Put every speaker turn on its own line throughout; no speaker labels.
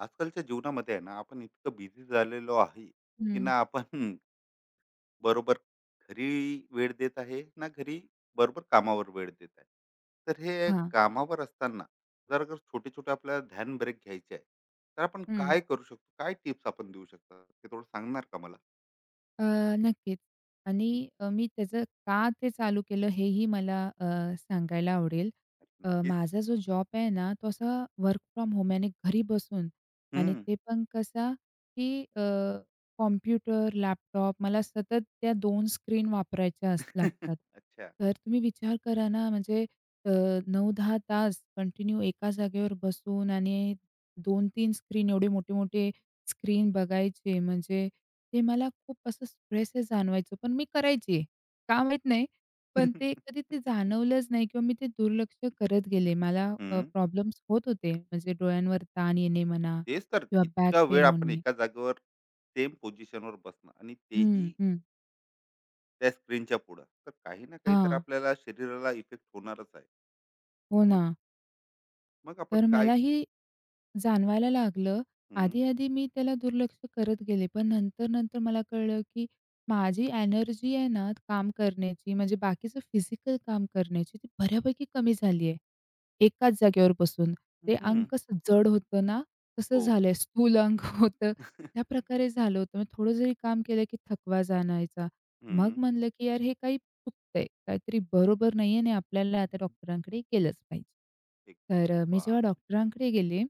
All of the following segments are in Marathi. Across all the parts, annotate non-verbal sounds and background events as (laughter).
आजकालच्या जीवनामध्ये आहे ना आपण इतकं बिझी झालेलो आहे की
हं.
ना आपण (laughs) बरोबर. घरी वेळ देत आहे ना घरी. बरोबर, कामावर वेळ देत आहे. तर हे
हां.
कामावर असताना जर अगर छोटे छोटे आपल्याला ध्यान ब्रेक घ्यायचे आहे तर आपण
हं.
काय करू शकतो, काय टिप्स आपण देऊ शकतो ते थोडं सांगणार का मला?
अ, नक्कीच
हं,
आणि मी त्याचं का ते चालू केलं हेही मला सांगायला आवडेल.
नक्कीच.
माझा जो जॉब आहे ना, तो असा वर्क फ्रॉम होम आणि घरी बसून आणि
हम्म.
ते पण कसा, की कॉम्प्युटर, लॅपटॉप मला सतत त्या दोन स्क्रीन वापरायच्या अस लागतात.
(laughs) अच्छा.
तर तुम्ही विचार करा ना, म्हणजे अ, 9-10 तास कंटिन्यू एका जागेवर बसून आणि 2-3 स्क्रीन एवढे मोठे-मोठे स्क्रीन बघायचे, म्हणजे ते मला खूप असं स्ट्रेस जाणवायचं, पण मी करायची. का माहीत नाही. पण ते कधी
(laughs)
ते जाणवलंच नाही किंवा मी ते दुर्लक्ष करत गेले. मला
हम्म.
प्रॉब्लेम्स होत होते. म्हणजे डोळ्यांवर ताण येणे म्हणा
तेच तर,
किंवा बॅक
इतका
पेन
वेळ आपण
होणे.
एका जागेवर सेम पोझिशनवर बसणं आणि
हं,
तेही
हं.
त्या स्क्रीनच्या पुढं तर काही ना काही तर
हां.
आपल्याला शरीराला इफेक्ट होणारच आहे.
हो ना.
मग मग आपण
तर
काय.
मला हे जाणवायला लागलं.
हम्म,
आधी-आधी मी त्याला दुर्लक्ष करत गेले. पण नंतर-नंतर मला कळलं, की माझी एनर्जी आहे ना काम करण्याची म्हणजे बाकीचं फिजिकल काम करण्याची ती बऱ्यापैकी कमी झाली आहे. एकाच जागेवर बसून. ते अंग
हम्म,
कसं जड होतं ना, तसं
हो.
झालंय. स्थूल अंग (laughs) होतं, त्या प्रकारे झालं होतं. मग थोडं जरी काम केलं की थकवा जाणवायचा. मग
हम्म,
म्हणलं की यार हे काही चुकतंय, काहीतरी बरोबर नाहीये आणि आपल्याला आता डॉक्टरांकडे गेलंच पाहिजे.
एक
तर मी जेव्हा
बाप.
डॉक्टरांकडे गेले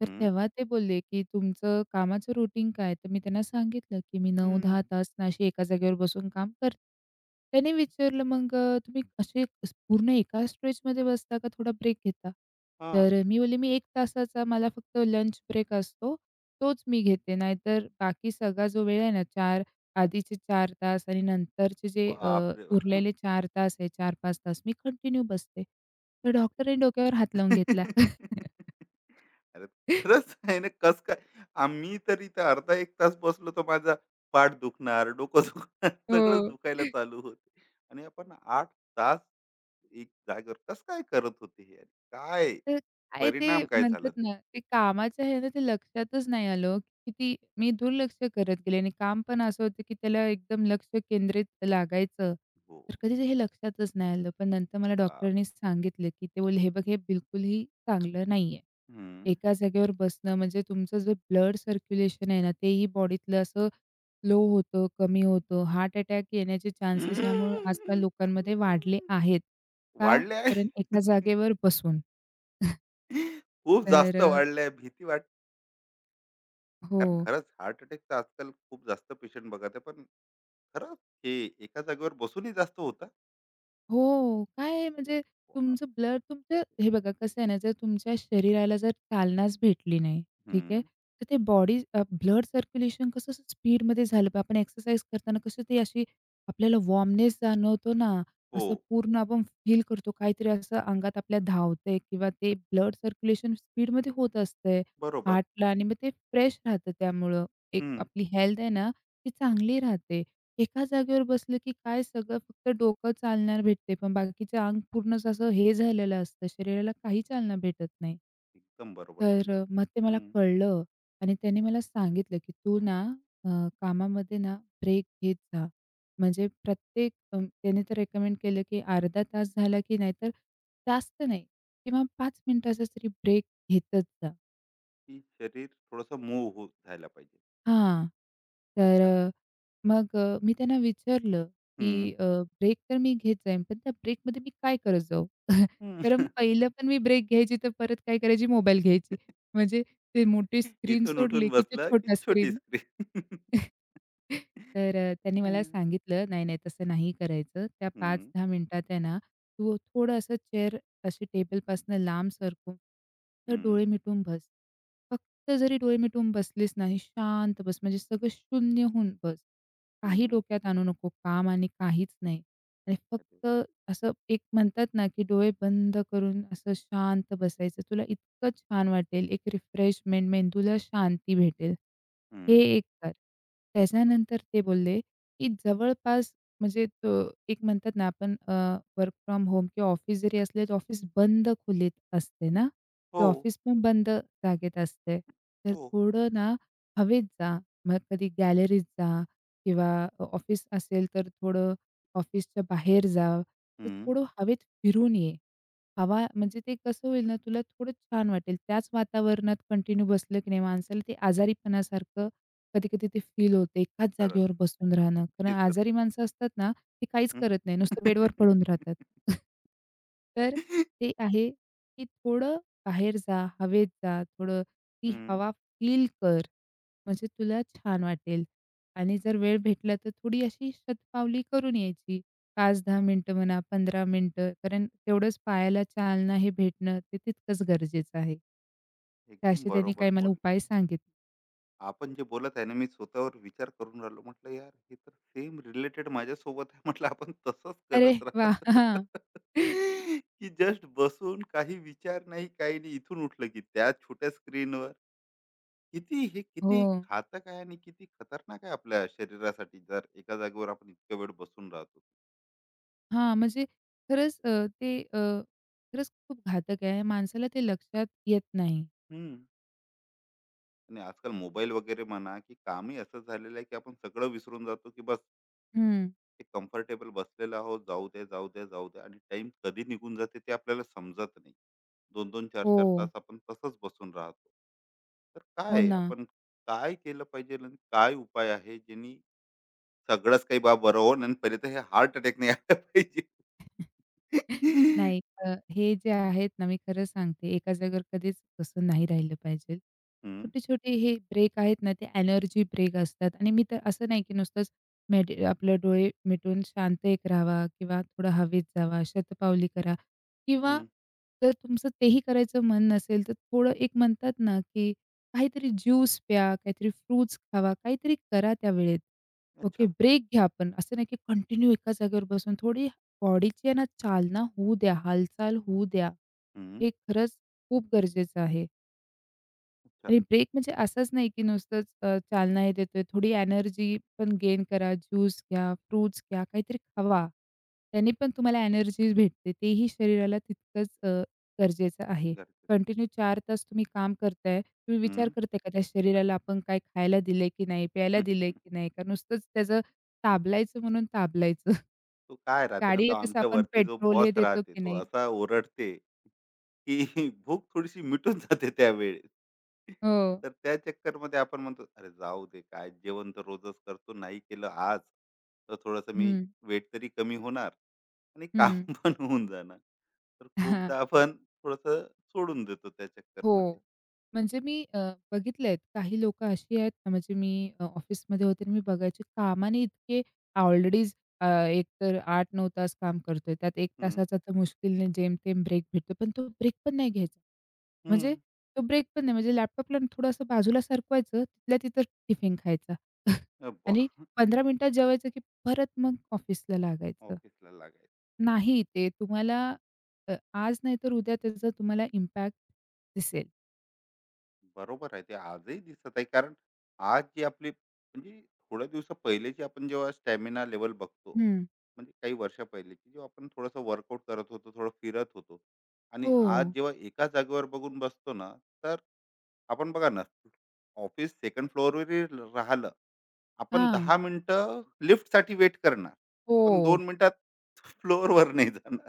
तर
हम्म,
तेव्हा ते बोलले, की "तुमचं कामाचं रुटीन काय?" तर मी त्यांना सांगितलं, की "मी 9-10
हम्म,
तास ना अशी एका जागेवर बसून काम करते." त्याने विचारलं, "मग तुम्ही असे पूर्ण एका स्ट्रेचमध्ये बसता का थोडा ब्रेक घेता?"
हा.
तर मी बोलले, "मी एक तासाचा मला फक्त लंच ब्रेक असतो, तोच मी घेते. नाहीतर बाकी सगळा जो वेळ आहे ना 4 आधीचे 4 तास आणि नंतरचे जे
बाप रे बाप.
उरलेले 4 तास आहे, 4-5 तास मी कंटिन्यू बसते." तर डॉक्टरने डोक्यावर हात लावून घेतला. (laughs)
(laughs) अरे, खरंच आहे ना कस काय. आम्ही तर इथं अर्धा एक तास बसलो तर माझा पाठ दुखणार, डोकं दुखणार, सगळंच दुखायला
हो.
चालू होते. आणि आपण आठ तास एक जागेवर कस काय करत होते हे आणि काय
तर काय ते
परिणाम काय
म्हणतात
झाला ते.
ना, ते कामाचं आहे ना, ते लक्षातच नाही आलं. किती मी दुर्लक्ष करत गेले आणि काम पण असं होतं, की त्याला एकदम लक्ष केंद्रित लागायचं.
हो.
तर कधीच हे लक्षातच नाही आलं. पण नंतर मला डॉक्टरांनी
बापरे!
सांगितलं, की ते बोलले, "हे बघ, हे बिलकुलही चांगलं नाहीये.
हं.
एका जागेवर बसणं म्हणजे तुमचं जे ब्लड सर्क्युलेशन आहे ना, तेही बॉडीतलं असं लो होतं, कमी होतं. हार्ट अटॅक येण्याचे चान्सेस यामुळे आजकाल लोकांमध्ये वाढले आहेत. का?
वाढले आहे.
कारण एका
(laughs)
जागेवर बसून."
खूप
तर
जास्त वाढले आहे. भीती वाट. कारण
हो.
खरंच हार्ट अटॅकचा आजकाल खूप जास्त पेशंट बघत आहे. पण खरंच हे एका जागेवर बसूनही जास्त होता.
हो, काय
अरे
म्हणजे तुमचं
बापरे!
ब्लड तुमचं हे बघा कसं आहे ना, तुमच्या शरीराला जर चालनाच भेटली नाही, ठीक
हं.
आहे. तर ते बॉडी ब्लड सर्क्युलेशन कसं असं स्पीडमध्ये झालं पाहिजे. आपण एक्सरसाइज करताना कसं ते अशी आपल्याला वॉर्मनेस जाणवतो ना,
हो.
असं पूर्ण आपण फील करतो काहीतरी असं अंगात आपल्या धावतंय किंवा ते ब्लड सर्क्युलेशन स्पीडमध्ये होत असतंय
बरोबर.
हार्टला आणि मग ते फ्रेश राहतं त्यामुळं. एक
हं.
आपली हेल्थ आहे ना, ती चांगली राहते. एका जागेवर बसलं की काय सगळं फक्त डोकं चालणार भेटते, पण बाकीचं अंग पूर्णच असं हे झालेलं असतं, शरीराला काही चालना भेटत नाही.
एकदम बरोबर
तर
बोलल्या.
मग ते मला
हं.
कळलं आणि त्याने मला सांगितलं, की "तू ना अ, कामामध्ये ना ब्रेक घेत जा." म्हणजे प्रत्येक त्याने तर रेकमेंड केलं, की अर्धा तास झाला की नाहीतर जास्त नाही किंवा 5 मिनिटाचा तरी ब्रेक घेतच जा.
की शरीर थोडंसं मूव्ह होत झालं पाहिजे.
हां. तर
अच्छा.
मी त्यांना विचारलं, की
हं.
ब्रेक तर मी घेत जाईन, पण त्या ब्रेकमध्ये मी काय करत जाऊ? (laughs)
हं.
कारण
(laughs)
पहिलं पण मी ब्रेक घ्यायची, तर परत काय करायची मोबाईल घ्यायची. म्हणजे ते मोठी स्क्रीन
इथून
सोडली,
उठून
की ते
बसलं की
छोटा
छोटी
स्क्रीन.
स्क्रीन.
तर त्यांनी
(laughs) हं.
मला सांगितलं, "नाही, नाही तसं नाही करायचं. त्या पाच
हं.
10 मिनिटात आहे ना, तू थोडं असं चेअर अशी टेबलपासनं लांब सरकून तर
हं,
डोळे मिटून बस. फक्त जरी डोळे मिटून बसलीस ना, ही शांत बस. म्हणजे सगळं शून्य होऊन बस. काही
हं.
डोक्यात आणू नको, काम आणि काहीच नाही. आणि
कधी.
फक्त असं एक म्हणतात ना, की डोळे बंद करून असं शांत बसायचं. तुला इतकं छान वाटेल, एक रिफ्रेशमेंट, मेंदूला शांती भेटेल. हे
हं.
एक कर. त्याच्यानंतर ते बोलले, की जवळपास म्हणजे तो एक म्हणतात ना आपण वर्क फ्रॉम होम किंवा ऑफिस जरी असले, तर ऑफिस बंद खोलीत असते ना, की
हो,
ऑफिस पण बंद जागेत असते. तर
हो.
थोडं ना हवेत जा. मग कधी गॅलरीत जा किंवा ऑफिस असेल, तर थोडं ऑफिसच्या बाहेर जा. तर
हं.
थोडं हवेत फिरून ये. हवा म्हणजे ते कसं होईल ना, तुला थोडं छान वाटेल. त्याच वातावरणात कंटिन्यू बसलं की नाही माणसाला ते आजारीपणासारखं कधी-कधी ते फील होतं. एकाच
खरंच.
जागेवर बसून राहणं. कारण
हे तर.
आजारी माणसं असतात ना, ते काहीच
हं. हं.
करत नाही. नुसतं बेडवर पडून राहतात.
(laughs)
(laughs) तर ते आहे, की थोडं बाहेर जा, हवेत जा, थोडं ती हवा फील कर. म्हणजे तुला छान वाटेल आणि जर वेळ भेटला तर थोडी अशी शतपावली करून यायची. 5-10 मिनिटं म्हणा, 15 मिनिटं, कारण तेवढंच पायाला चालना हे भेटणं ते तितकंच गरजेचं आहे. तर
एकदम
असे त्यांनी काही
बरोबर
मला
बोलले.
उपाय सांगितले.
आपण जे बोलत आहे ना, मी स्वतःवर विचार करून राहिलो. म्हटलं यार, हे तर सेम रिलेटेड माझ्यासोबत आहे. (laughs) म्हटलं आपण तसंच
अरे
करत
वाह!
राहतो.
हां.
(laughs) की जस्ट बसून काही विचार नाही, काही नाही. इथून उठलं की त्या छोट्या स्क्रीनवर. किती हे
हो.
किती घातक आहे आणि किती खतरनाक आहे आपल्या शरीरासाठी. जर एका जागेवर आपण इतका वेळ बसून राहतो.
हां, म्हणजे खरंच ते अ, खरंच खूप घातक आहे. माणसाला ते लक्षात येत नाही.
हं. आणि आजकाल मोबाईल वगैरे म्हणा, की कामही असं झालेलं आहे, की आपण सगळं विसरून जातो, की बस
हं.
एक कम्फर्टेबल बसलेलो आहोत. जाऊ द्या, जाऊ द्या, जाऊ द्या आणि टाइम कधी निघून जाते ते आपल्याला समजत नाही. दोन-दोन
हो.
चार-चार तास आपण तसंच बसून राहतो. तर काय
हो
आहे,
ना.
आपण काय केलं पाहिजे आणि काय उपाय आहे, ज्यांनी सगळंच काही बरं होऊन आणि पहिले तर हे हार्ट अटॅक नाही आला पाहिजे?
(laughs)
(laughs)
नाही हे जे आहेत ना, मी खरं सांगते, एका जागेवर कधीच बसून नाही राहिलं पाहिजे.
हं,
छोटे-छोटे हे ब्रेक आहेत ना, ते एनर्जी ब्रेक असतात आणि मी तर असं नाही की नुसतंच आपलं डोळे मिटून शांत एक राहावा किंवा थोडं हवेत जावा, शतपावली करा किंवा
हं.
जर तुमचं तेही करायचं मन नसेल, तर थोडं एक म्हणतात ना, की काहीतरी ज्यूस प्या, काहीतरी फ्रुट्स खावा, काहीतरी करा त्या वेळेत. ओके,
अच्छा.
ब्रेक घ्या. आपण असं नाही की कंटिन्यू एका जागेवर बसून थोडी बॉडीची आहे ना चालना होऊ द्या, हालचाल होऊ द्या.
हं,
हे खरंच खूप गरजेचं आहे
अच्छा.
आणि ब्रेक म्हणजे असंच नाही, की नुसतंच चालना हे देतोय. थोडी एनर्जी पण गेन करा. ज्यूस घ्या, फ्रुट्स घ्या, काहीतरी खावा. त्याने पण तुम्हाला एनर्जी भेटते. तेही शरीराला तितकंच गरजेचं आहे.
गरजेचं.
कंटिन्यू 4 तास तुम्ही काम करताय. तुम्ही विचार करताय का त्या शरीराला आपण काय खायला दिलंय की नाही? प्यायला
हं.
दिलंय की नाही? का नुसतंच त्याचं ताबलायचं म्हणून ताबलायचं. (laughs)
तो काय राहते ना,
गाडीला
तो
कसं
आमच्या
आपण
वरती जो
पेट्रोल
बॉस
हे देतो
राहते,
की
तो
नाही?
असा ओरडते, की (laughs) भूक थोडीशी मिटून जाते त्यावेळेस.
हो.
तर त्या चक्करमध्ये आपण म्हणतो, "अरे जाऊ दे, काय जेवण तर रोजच करतो, नाही केलं आज, तर थोडंसं मी
हं,
वेट तरी कमी होणार आणि
हं.
काम (laughs) पण होऊन जाणार." तर
(laughs) हां.
खूपदा आपण थोडंसं सोडून देतो त्या
हो.
चक्करमध्ये.
म्हणजे मी बघितलेत काही लोकं अशी आहेत ना, म्हणजे मी ऑफिसमध्ये होते आणि मी बघायची कामाने इतके ऑलरेडीच एकतर 8-9 तास काम करतोय. त्यात 1
हं,
तासाचा तर मुश्किलने जेमतेम ब्रेक भेटतो. पण तो ब्रेक पण नाही घ्यायचा. म्हणजे
हं.
तो ब्रेक पण नाही. म्हणजे लॅपटॉपला ना थोडंसं बाजूला सरकवायचं, तिथल्या तिथं टिफिन खायचा (laughs)
अ,
आणि 15 मिनिटात जेवायचं की परत मग ऑफिसला लागायचं.
ऑफिसला लागायचं.
नाही, ते तुम्हाला आज नाहीतर उद्या त्याचा तुम्हाला इम्पॅक्ट दिसेल.
बरोबर आहे. ते आजही दिसत आहे. कारण आज जी आपली म्हणजे थोड्या दिवसा पहिलेची आपण जेव्हा स्टॅमिना लेव्हल बघतो,
हं.
म्हणजे काही वर्ष पहिलेची जेव्हा आपण थोडंसं वर्कआउट करत होतो, थोडं फिरत होतो आणि आज
हो.
जेव्हा एका जागेवर बघून बसतो ना, तर आपण बघा ना, ऑफिस 2nd फ्लोअरवरही राहिलं, आपण
हां.
10 मिनिटं लिफ्टसाठी वेट करणार,
हो.
पण 2 मिनिटात फ्लोअरवर नाही जाणार.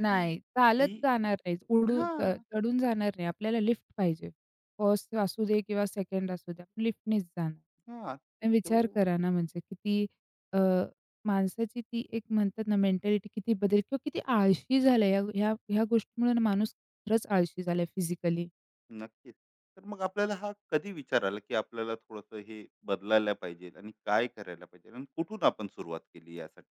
नाही, चालत
ही.
जाणार नाही. उडून
हां,
चढून जाणार नाही. आपल्याला लिफ्ट पाहिजे. फर्स्ट असू दे किंवा सेकंड असू द्या. लिफ्टनीच जाणार.
हां.
आणि विचार
तो.
करा ना म्हणजे किती अ, माणसाची ती एक म्हणतात ना मेंटॅलिटी किती बदल किंवा किती आळशी झालंय. ह्या ह्या ह्या गोष्टीमुळे ना माणूस खरंच आळशी झालाय फिजिकली.
नक्कीच. तर मग आपल्याला हा कधी विचार आला, की आपल्याला थोडंसं हे बदलायला पाहिजे आणि काय करायला पाहिजे आणि कुठून आपण सुरुवात केली यासाठी?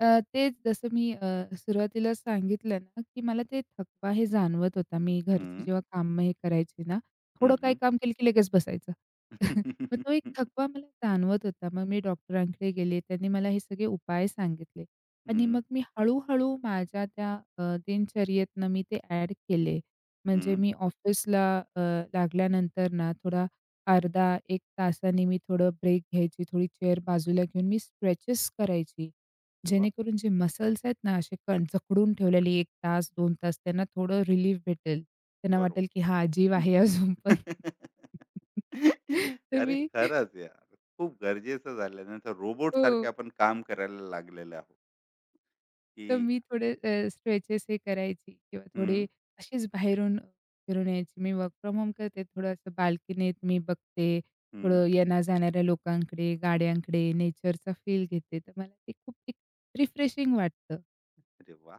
तेच जसं मी सुरुवातीला सांगितलं ना, की मला ते थकवा हे जाणवत होता. मी घरची
हं,
जेव्हा कामं हे करायची ना, थोडं
हं,
काही
हं.
काम केलं की लगेच बसायचं. (laughs) मग तो एक
(laughs)
थकवा मला जाणवत होता. मग मी डॉक्टरांकडे गेले. त्यांनी मला हे सगळे उपाय सांगितले आणि मग
हं,
मी हळू माझ्या त्या दिनचर्येतनं मी ते ॲड केले. म्हणजे
हं.
मी ऑफिसला अ, लागल्यानंतर ना थोडा अर्धा 1 तासाने मी थोडं ब्रेक घ्यायची. थोडी चेअर बाजूला घेऊन मी स्ट्रेचेस करायची.
अरे वाह!
जेणेकरून जे मसल्स आहेत ना, असे कण जखडून ठेवलेले 1 तास, 2 तास त्यांना थोडं रिलीफ भेटेल.
(laughs)
त्यांना वाटेल, की
बरोबर.
हा जीव आहे अजून
हं.
पण. (laughs)
(laughs)
तर
अरे
मी
खरंच यार. खूप गरजेचं झालं. नाहीतर रोबोटसारखे
हो.
आपण काम करायला लागलेलो आहोत,
तर
की.
मी थोडे स्ट्रेचेस हे करायची किंवा थोडे
हं,
अशीच बाहेरून फिरून यायची. मी वर्क फ्रॉम होम करते. थोडं असं बाल्कनीत मी बघते.
हं.
थोडं येण्या-जाणाऱ्या लोकांकडे, गाड्यांकडे, नेचरचा फील घेते. तर मला ते खूप एक रिफ्रेशिंग वाटतं.
अरे वा.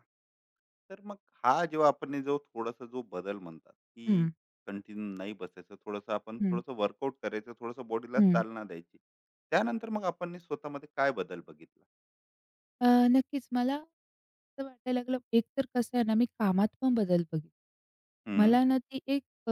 तर मग हा, जेव्हा आपण हे जो थोडासा जो बदल म्हणतात की
हं,
कंटिन्यू नाही बसायचं, थोडंसं आपण
हं,
थोडंसं वर्कआउट करायचं, थोडंसं बॉडीला
हं.
चालना द्यायची, त्यानंतर मग आपण हे स्वतःमध्ये काय बदल बघितला.
नक्कीच. मला असं वाटायला लागलं एकतर कसं आहे ना, मी कामात पण बदल बघितला.
हम्म,
मला ना ती एक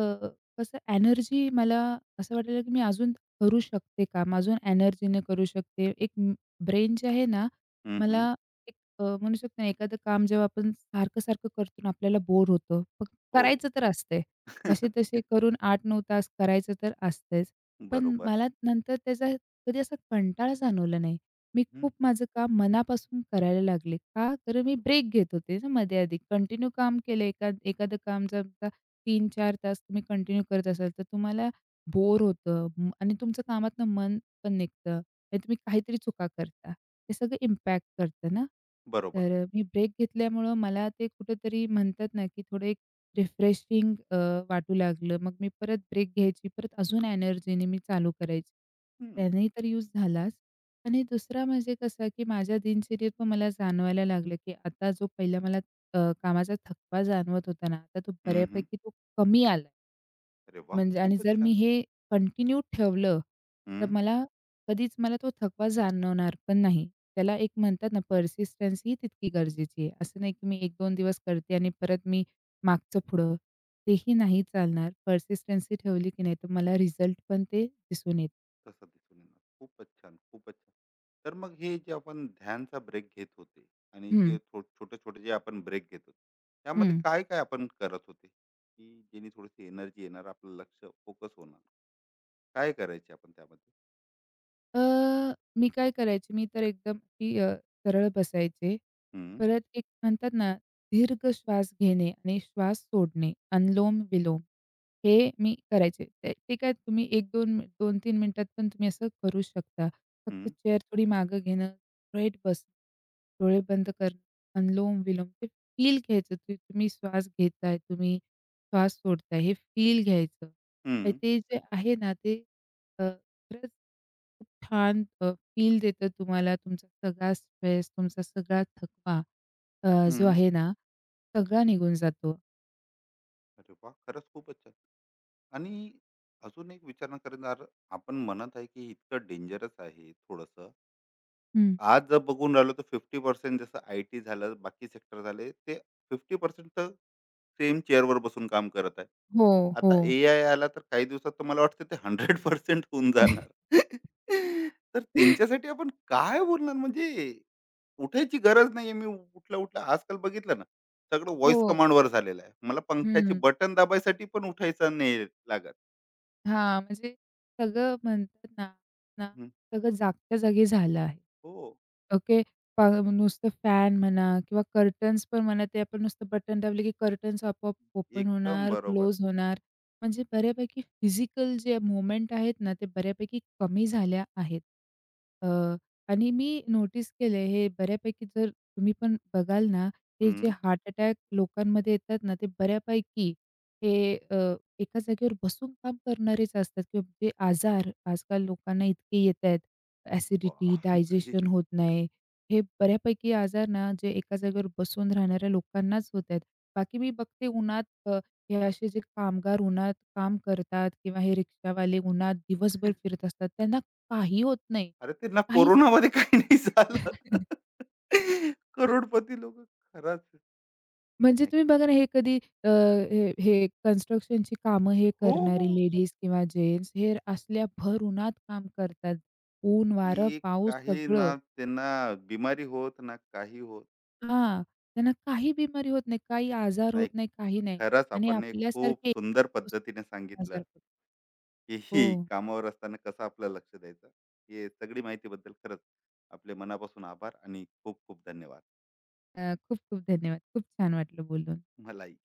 कसं एनर्जी मला असं वाटायला की मी अजून करू शकते काम, अजून एनर्जीने करू शकते. एक म ब्रेन जे आहे ना,
हम्म,
मला
हम्म,
म्हणू शकतो ना एखादं काम जेव्हा आपण सारखं-सारखं करतो ना, आपल्याला बोर होतं. पण
हो.
करायचं तर असतंय.
(laughs)
कसे-तसे करून 8-9 तास करायचं तर असतंच. पण
बरोबर.
मला नंतर त्याचा कधी असा कंटाळा जाणवला नाही. मी
हम्म,
खूप माझं काम मनापासून करायला लागले. का? तर मी
अरे वा.
ब्रेक घेत होते ना मध्ये-आधी. कंटिन्यू काम केलं एखादं काम जर का 3-4 तास तुम्ही कंटिन्यू करत असाल, तर तुम्हाला बोर होतं आणि तुमचं कामातनं मन पण निघतं आणि तुम्ही काहीतरी चुका करता. हे सगळं इम्पॅक्ट करतं ना.
बरोबर.
तर मी ब्रेक घेतल्यामुळं मला ते कुठेतरी म्हणतात ना, की थोडं एक रिफ्रेशिंग वाटू लागलं. मग मी परत ब्रेक घ्यायची, परत अजून एनर्जीने मी चालू करायची.
हम्म,
त्यानेही तर यूज झालाच. आणि दुसरा म्हणजे कसं की माझ्या दिनचर्येत पण मला जाणवायला लागलं, की आता जो पहिला मला कामाचा थकवा जाणवत होता ना, आता
हम्म, हम्म,
बऱ्यापैकी तो कमी आलाय.
अरे वा,
म्हणजे आणि
खूपच
जर मी
छान.
हे कंटिन्यू ठेवलं, तर
हम्म.
मला कधीच तो थकवा जाणवणार पण नाही. त्याला एक म्हणतात ना, पर्सिस्टन्स ही तितकी गरजेची आहे. असं नाही की मी 1-2 दिवस करते आणि परत मी मागचं पुढं, तेही नाही चालणार. पर्सिस्टन्सी ठेवली की नाही, तर मला रिझल्ट पण ते दिसून येत
तसं दिसून येणार. खूपच छान, खूपच छान. तर मग हे जे आपण ध्यानचा ब्रेक घेत होते आणि
हं,
जे छोटे छोटे जे आपण ब्रेक घेत होते, त्यामध्ये
हं.
काय काय आपण करत होते की जेणे थोडीशी एनर्जी येणार, आपलं लक्ष फोकस होणार. काय करायचे आपण त्यामध्ये?
अ, मी काय करायची, मी तर एकदम अशी सरळ बसायचे.
हम्म,
परत एक म्हणतात ना, दीर्घ श्वास घेणे आणि श्वास सोडणे, अनुलोम-विलोम हे मी करायचे. ते ते काय तुम्ही एक दोन मिन 2-3 मिनिटात पण तुम्ही असं करू शकता. फक्त
हम्म,
चेअर थोडी मागं घेणं, स्ट्रेट बसणं, डोळे बंद करणं, अनुलोम-विलोम ते फील घ्यायचं. तुम्ही तुम्ही श्वास घेताय, तुम्ही श्वास सोडताय, हे फील घ्यायचं. आणि
हम्म,
ते जे आहे ना, ते अ, खरंच खूप छान फील देतं तुम्हाला. तुमचा सगळा स्ट्रेस, तुमचा सगळा थकवा जो
हम्म.
आहे ना, सगळा निघून जातो.
अरे वा, खरंच खूपच छान. आणि अजून एक विचारणा करणार. आपण म्हणत आहे की इतकं डेंजरस आहे. थोडस,
हं.
आज जर बघून राहिलो तर फिफ्टी पर्सेंट, जसं आय. टी. झालं, बाकी सेक्टर झाले, ते फिफ्टी पर्सेंट सेम चेअरवर बसून काम करत आहे.
हो, हो.
आता एआय आला तर काही दिवसात तर मला वाटतं ते 100% होऊन जाणार. (laughs) तर
(laughs)
त्यांच्यासाठी आपण काय बोलणार, म्हणजे उठायची गरज नाहीये. मी उठला-उठला आजकाल बघितलं ना, सगळं
हो.
व्हॉईस कमांडवर झालेलं आहे. मला पंख्याचे
हं.
बटन दाबायसाठी पण उठायचं नाही लागत.
हां, म्हणजे सगळं म्हणतात ना ना,
हं,
सगळं जागच्या जागी झालं आहे.
हो,
ओके. नुसतं फॅन म्हणा किंवा कर्टन्स पण म्हणा, ते आपण नुसतं बटन दाबले की कर्टन्स आपोआप ओपन
एकदम
होणार,
बरोबर.
क्लोज होणार. म्हणजे बऱ्यापैकी फिजिकल जे मूव्हमेंट आहेत ना, ते बऱ्यापैकी कमी झाल्या आहेत. अ, आणि मी नोटीस केलंय हे बऱ्यापैकी जर तुम्ही पण बघाल ना, हे जे
हं.
हार्ट अटॅक लोकांमध्ये येतात ना, ते बऱ्यापैकी हे अ, एका जागेवर बसून काम करणारेच असतात किंवा जे आजार आजकाल लोकांना इतके येतायत. ॲसिडिटी, डायजेशन
बापरे!
होत नाही. हे बऱ्यापैकी आजार ना, जे एका जागेवर बसून राहणाऱ्या लोकांनाच होत आहेत. बाकी मी बघते उन्हात हे असे जे कामगार उन्हात काम करतात किंवा हे रिक्षावाले उन्हात दिवसभर फिरत असतात, त्यांना काही होत नाही.
अरे त्यांना
काहीच होत
कोरोनामध्ये काही नाही
नाही.
झालं.
(laughs)
(laughs) करोडपती लोकं. खरंच.
म्हणजे
नाही.
तुम्ही बघा ना, हे कधी अ, हे हे कन्स्ट्रक्शनची कामं हे
हो, हो.
करणारी लेडीज किंवा जेन्ट्स हे असल्या भर उन्हात काम करतात. ऊन, वारं,
की
पाऊस
काही
सगळं.
ना त्यांना बिमारी होत ना काही होत
हां. त्यांना काही बिमारी होत नाही, काही आजार होत
नाही.
नाही, काही नाही.
खरंच
आणि
आपण एक खूप
आपल्यासारखे
सुंदर पद्धतीने
बसून आजार
सांगितलं
होतात.
की ही
हो.
कामावर असताना कसं आपलं लक्ष द्यायचं, हे सगळी माहितीबद्दल खरंच आपले मनापासून आभार आणि खूप खूप धन्यवाद.
खूप खूप धन्यवाद. खूप छान वाटलं बोलून.
मलाही.